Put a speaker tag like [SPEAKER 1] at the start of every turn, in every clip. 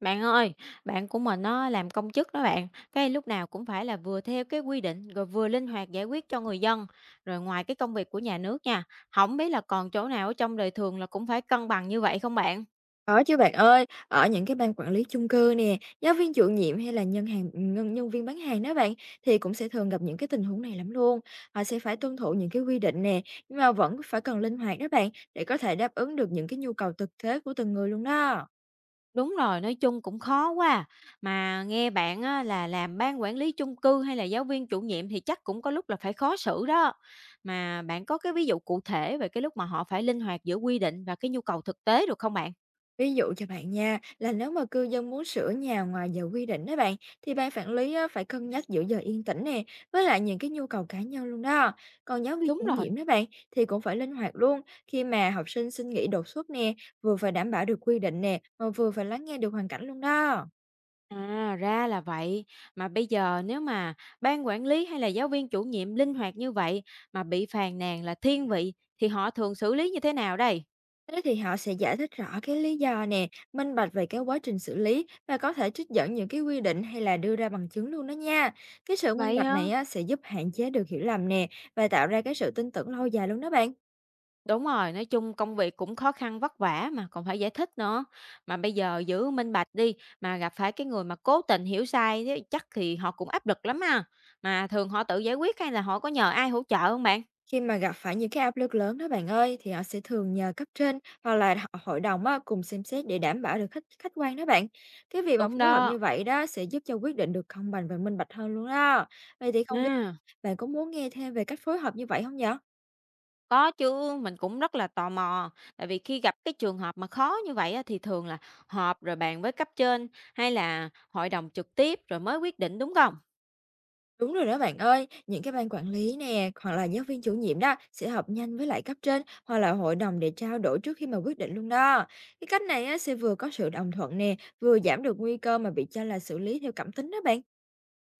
[SPEAKER 1] Bạn ơi, bạn của mình nó làm công chức đó bạn, lúc nào cũng phải là vừa theo quy định rồi vừa linh hoạt giải quyết cho người dân. Rồi ngoài công việc của nhà nước nha, không biết là còn chỗ nào ở trong đời thường là cũng phải cân bằng như vậy không bạn?
[SPEAKER 2] Có chứ bạn ơi, ở những cái ban quản lý chung cư nè, giáo viên chủ nhiệm hay là nhân viên bán hàng đó bạn thì cũng sẽ thường gặp những cái tình huống này lắm luôn. Họ sẽ phải tuân thủ những cái quy định nè, nhưng mà vẫn phải cần linh hoạt đó bạn để có thể đáp ứng được những cái nhu cầu thực tế của từng người luôn đó.
[SPEAKER 1] Đúng rồi, nói chung cũng khó quá. Mà nghe bạn á, là làm ban quản lý chung cư hay là giáo viên chủ nhiệm thì chắc cũng có lúc là phải khó xử đó. Mà bạn có ví dụ cụ thể về lúc mà họ phải linh hoạt giữa quy định và nhu cầu thực tế được không bạn?
[SPEAKER 2] Ví dụ cho bạn nha, là nếu mà cư dân muốn sửa nhà ngoài giờ quy định đó bạn, thì ban quản lý á, phải cân nhắc giữa giờ yên tĩnh nè, với lại những cái nhu cầu cá nhân luôn đó. Còn giáo viên chủ
[SPEAKER 1] Đúng rồi.
[SPEAKER 2] nhiệm đó bạn, thì cũng phải linh hoạt luôn, khi mà học sinh xin nghỉ đột xuất nè, vừa phải đảm bảo được quy định nè, mà vừa phải lắng nghe được hoàn cảnh luôn đó.
[SPEAKER 1] À, ra là vậy. Mà bây giờ nếu mà ban quản lý hay là giáo viên chủ nhiệm linh hoạt như vậy mà bị phàn nàn là thiên vị thì họ thường xử lý như thế nào đây?
[SPEAKER 2] Thế thì họ sẽ giải thích rõ cái lý do nè, minh bạch về cái quá trình xử lý và có thể trích dẫn những cái quy định hay là đưa ra bằng chứng luôn đó nha. Cái sự minh
[SPEAKER 1] Vậy
[SPEAKER 2] bạch
[SPEAKER 1] hả?
[SPEAKER 2] này á, sẽ giúp hạn chế được hiểu lầm nè và tạo ra cái sự tin tưởng lâu dài luôn đó bạn.
[SPEAKER 1] Đúng rồi, nói chung công việc cũng khó khăn vất vả mà còn phải giải thích nữa. Mà bây giờ giữ minh bạch đi mà gặp phải người mà cố tình hiểu sai thế chắc thì họ cũng áp lực lắm ha. Mà thường họ tự giải quyết hay là họ có nhờ ai hỗ trợ không bạn?
[SPEAKER 2] Khi mà gặp phải những cái áp lực lớn đó bạn ơi thì họ sẽ thường nhờ cấp trên hoặc là hội đồng á, cùng xem xét để đảm bảo được khách khách quan đó bạn. Cái việc mà
[SPEAKER 1] Đúng
[SPEAKER 2] phối hợp
[SPEAKER 1] đó.
[SPEAKER 2] như vậy đó sẽ giúp cho quyết định được công bằng và minh bạch hơn luôn đó. Vậy thì không biết
[SPEAKER 1] À.
[SPEAKER 2] bạn có muốn nghe thêm về cách phối hợp như vậy không nhở?
[SPEAKER 1] Có chứ, mình cũng rất là tò mò, tại vì khi gặp trường hợp mà khó như vậy á, thì thường là họp rồi bàn với cấp trên hay là hội đồng trực tiếp rồi mới quyết định, đúng không?
[SPEAKER 2] Đúng rồi đó bạn ơi, những cái ban quản lý nè, hoặc là giáo viên chủ nhiệm đó sẽ họp nhanh với lại cấp trên hoặc là hội đồng để trao đổi trước khi mà quyết định luôn đó. Cái cách này á, sẽ vừa có sự đồng thuận nè, vừa giảm được nguy cơ mà bị cho là xử lý theo cảm tính đó bạn.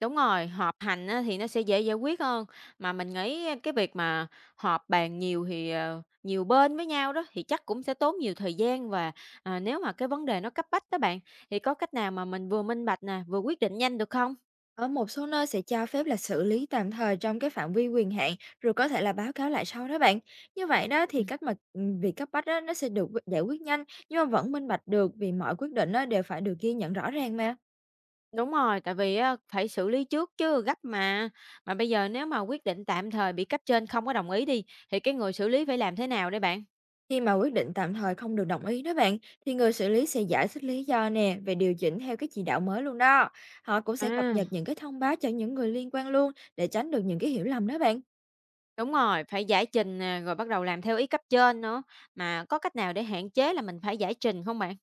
[SPEAKER 1] Đúng rồi, họp hành á, thì nó sẽ dễ giải quyết hơn, mà mình nghĩ việc mà họp bàn nhiều thì, nhiều bên với nhau đó, thì chắc cũng sẽ tốn nhiều thời gian và, nếu mà vấn đề nó cấp bách đó bạn, thì có cách nào mà mình vừa minh bạch nè, vừa quyết định nhanh được không?
[SPEAKER 2] Ở một số nơi sẽ cho phép là xử lý tạm thời trong cái phạm vi quyền hạn rồi có thể là báo cáo lại sau đó bạn. Như vậy đó thì cách mà việc cấp bách đó nó sẽ được giải quyết nhanh nhưng mà vẫn minh bạch được vì mọi quyết định đó đều phải được ghi nhận rõ ràng mà.
[SPEAKER 1] Đúng rồi, tại vì á phải xử lý trước chứ, gấp mà. Mà bây giờ nếu mà quyết định tạm thời bị cấp trên không có đồng ý đi, thì người xử lý phải làm thế nào đây bạn?
[SPEAKER 2] Khi mà quyết định tạm thời không được đồng ý đó bạn, thì người xử lý sẽ giải thích lý do nè về điều chỉnh theo cái chỉ đạo mới luôn đó. Họ cũng sẽ cập
[SPEAKER 1] À,
[SPEAKER 2] nhật những cái thông báo cho những người liên quan luôn để tránh được những cái hiểu lầm đó bạn.
[SPEAKER 1] đúng rồi, phải giải trình nè, rồi bắt đầu làm theo ý cấp trên nữa. Mà có cách nào để hạn chế là mình phải giải trình không bạn?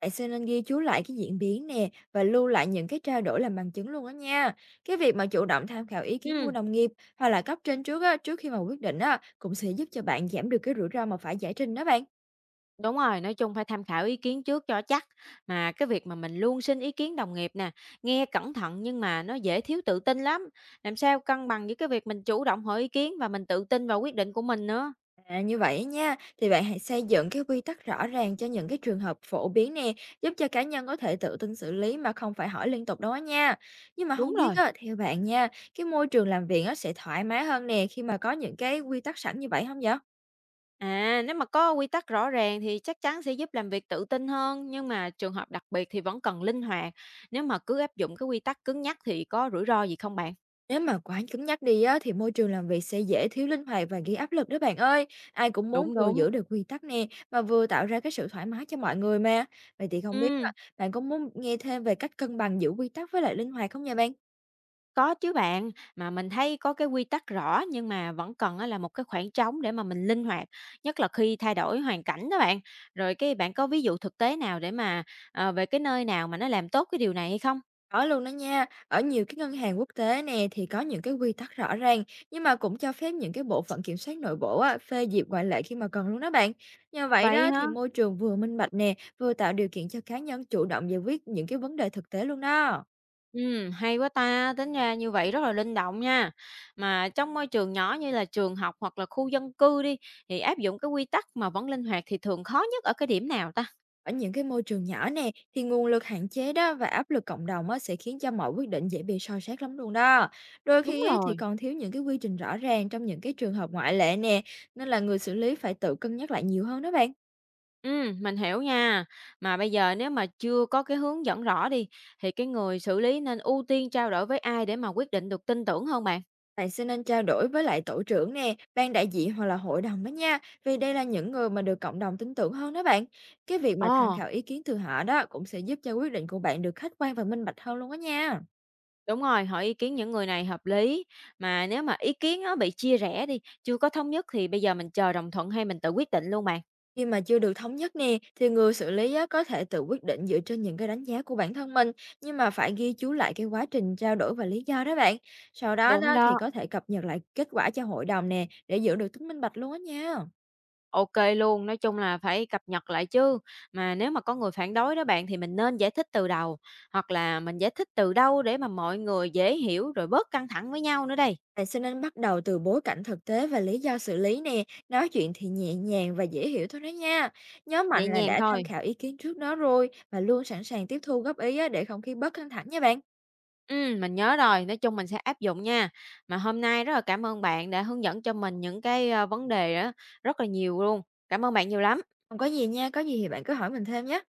[SPEAKER 2] Bạn sẽ nên ghi chú lại cái diễn biến nè và lưu lại những cái trao đổi làm bằng chứng luôn đó nha. Cái việc mà chủ động tham khảo ý kiến của
[SPEAKER 1] Ừ,
[SPEAKER 2] đồng nghiệp hoặc là cấp trên trước á, trước khi mà quyết định á, cũng sẽ giúp cho bạn giảm được cái rủi ro mà phải giải trình đó bạn.
[SPEAKER 1] đúng rồi, nói chung phải tham khảo ý kiến trước cho chắc. Mà việc mà mình luôn xin ý kiến đồng nghiệp nè, nghe cẩn thận nhưng mà nó dễ thiếu tự tin lắm. Làm sao cân bằng giữa việc mình chủ động hỏi ý kiến và mình tự tin vào quyết định của mình nữa.
[SPEAKER 2] À, như vậy nha, thì bạn hãy xây dựng cái quy tắc rõ ràng cho những cái trường hợp phổ biến nè, giúp cho cá nhân có thể tự tin xử lý mà không phải hỏi liên tục đó nha. Nhưng mà
[SPEAKER 1] Đúng
[SPEAKER 2] không biết
[SPEAKER 1] rồi.
[SPEAKER 2] á, theo bạn nha, cái môi trường làm việc á sẽ thoải mái hơn nè khi mà có những cái quy tắc sẵn như vậy không vậy?
[SPEAKER 1] À, nếu mà có quy tắc rõ ràng thì chắc chắn sẽ giúp làm việc tự tin hơn, nhưng mà trường hợp đặc biệt thì vẫn cần linh hoạt. Nếu mà cứ áp dụng quy tắc cứng nhắc thì có rủi ro gì không bạn?
[SPEAKER 2] Nếu mà quá cứng nhắc đi á, thì môi trường làm việc sẽ dễ thiếu linh hoạt và gây áp lực đó bạn ơi. Ai cũng muốn
[SPEAKER 1] Đúng,
[SPEAKER 2] vừa
[SPEAKER 1] đúng.
[SPEAKER 2] giữ được quy tắc nè, mà vừa tạo ra cái sự thoải mái cho mọi người mà. Vậy thì không biết
[SPEAKER 1] Ừ,
[SPEAKER 2] á, bạn có muốn nghe thêm về cách cân bằng giữa quy tắc với lại linh hoạt không nha bạn?
[SPEAKER 1] có chứ bạn, mà mình thấy có quy tắc rõ nhưng mà vẫn cần á là một khoảng trống để mà mình linh hoạt, nhất là khi thay đổi hoàn cảnh đó bạn. Rồi bạn có ví dụ thực tế nào để mà về nơi nào mà nó làm tốt điều này hay không?
[SPEAKER 2] Có luôn đó nha, ở nhiều cái ngân hàng quốc tế nè thì có những cái quy tắc rõ ràng nhưng mà cũng cho phép những cái bộ phận kiểm soát nội bộ á, phê duyệt ngoại lệ khi mà cần luôn đó bạn. Nhờ vậy
[SPEAKER 1] Vậy
[SPEAKER 2] đó thì
[SPEAKER 1] hả?
[SPEAKER 2] môi trường vừa minh bạch nè, vừa tạo điều kiện cho cá nhân chủ động giải quyết những cái vấn đề thực tế luôn đó.
[SPEAKER 1] Hay quá ta, tính ra như vậy rất là linh động nha. Mà trong môi trường nhỏ như là trường học hoặc là khu dân cư đi, thì áp dụng quy tắc mà vẫn linh hoạt thì thường khó nhất ở điểm nào ta?
[SPEAKER 2] Ở những cái môi trường nhỏ nè thì nguồn lực hạn chế đó và áp lực cộng đồng á, sẽ khiến cho mọi quyết định dễ bị soi xét lắm luôn đó. Đôi
[SPEAKER 1] Đúng
[SPEAKER 2] khi ấy, thì
[SPEAKER 1] rồi.
[SPEAKER 2] còn thiếu những cái quy trình rõ ràng trong những cái trường hợp ngoại lệ nè, nên là người xử lý phải tự cân nhắc lại nhiều hơn đó bạn.
[SPEAKER 1] Ừ, mình hiểu nha. Mà bây giờ nếu mà chưa có hướng dẫn rõ đi, thì người xử lý nên ưu tiên trao đổi với ai để mà quyết định được tin tưởng hơn bạn?
[SPEAKER 2] Bạn sẽ nên trao đổi với lại tổ trưởng nè, ban đại diện hoặc là hội đồng đó nha, vì đây là những người mà được cộng đồng tin tưởng hơn đó bạn. Cái việc mà tham
[SPEAKER 1] Ồ,
[SPEAKER 2] khảo ý kiến từ họ đó cũng sẽ giúp cho quyết định của bạn được khách quan và minh bạch hơn luôn đó nha.
[SPEAKER 1] đúng rồi, hỏi ý kiến những người này hợp lý. Mà nếu mà ý kiến nó bị chia rẽ đi, chưa có thống nhất thì bây giờ mình chờ đồng thuận hay mình tự quyết định luôn bạn?
[SPEAKER 2] Khi mà chưa được thống nhất nè, thì người xử lý á, có thể tự quyết định dựa trên những cái đánh giá của bản thân mình, nhưng mà phải ghi chú lại cái quá trình trao đổi và lý do đó bạn. Sau đó
[SPEAKER 1] Đúng
[SPEAKER 2] đó thì
[SPEAKER 1] đó.
[SPEAKER 2] có thể cập nhật lại kết quả cho hội đồng nè, để giữ được tính minh bạch luôn đó nha.
[SPEAKER 1] OK luôn, nói chung là phải cập nhật lại chứ. Mà nếu mà có người phản đối đó bạn thì mình nên giải thích từ đầu, hoặc là mình giải thích từ đâu để mà mọi người dễ hiểu rồi bớt căng thẳng với nhau nữa đây,
[SPEAKER 2] Bạn sẽ nên bắt đầu từ bối cảnh thực tế và lý do xử lý nè, nói chuyện thì nhẹ nhàng và dễ hiểu thôi đó nha. Nhớ
[SPEAKER 1] nhẹ
[SPEAKER 2] mạnh là
[SPEAKER 1] nhàng
[SPEAKER 2] đã tham
[SPEAKER 1] thôi.
[SPEAKER 2] khảo ý kiến trước đó rồi và luôn sẵn sàng tiếp thu góp ý á, để không khí bớt căng thẳng nha bạn.
[SPEAKER 1] Mình nhớ rồi, nói chung mình sẽ áp dụng nha. Mà hôm nay rất là cảm ơn bạn đã hướng dẫn cho mình những cái, vấn đề á, rất là nhiều luôn. Cảm ơn bạn nhiều lắm.
[SPEAKER 2] Không có gì nha, có gì thì bạn cứ hỏi mình thêm nhé.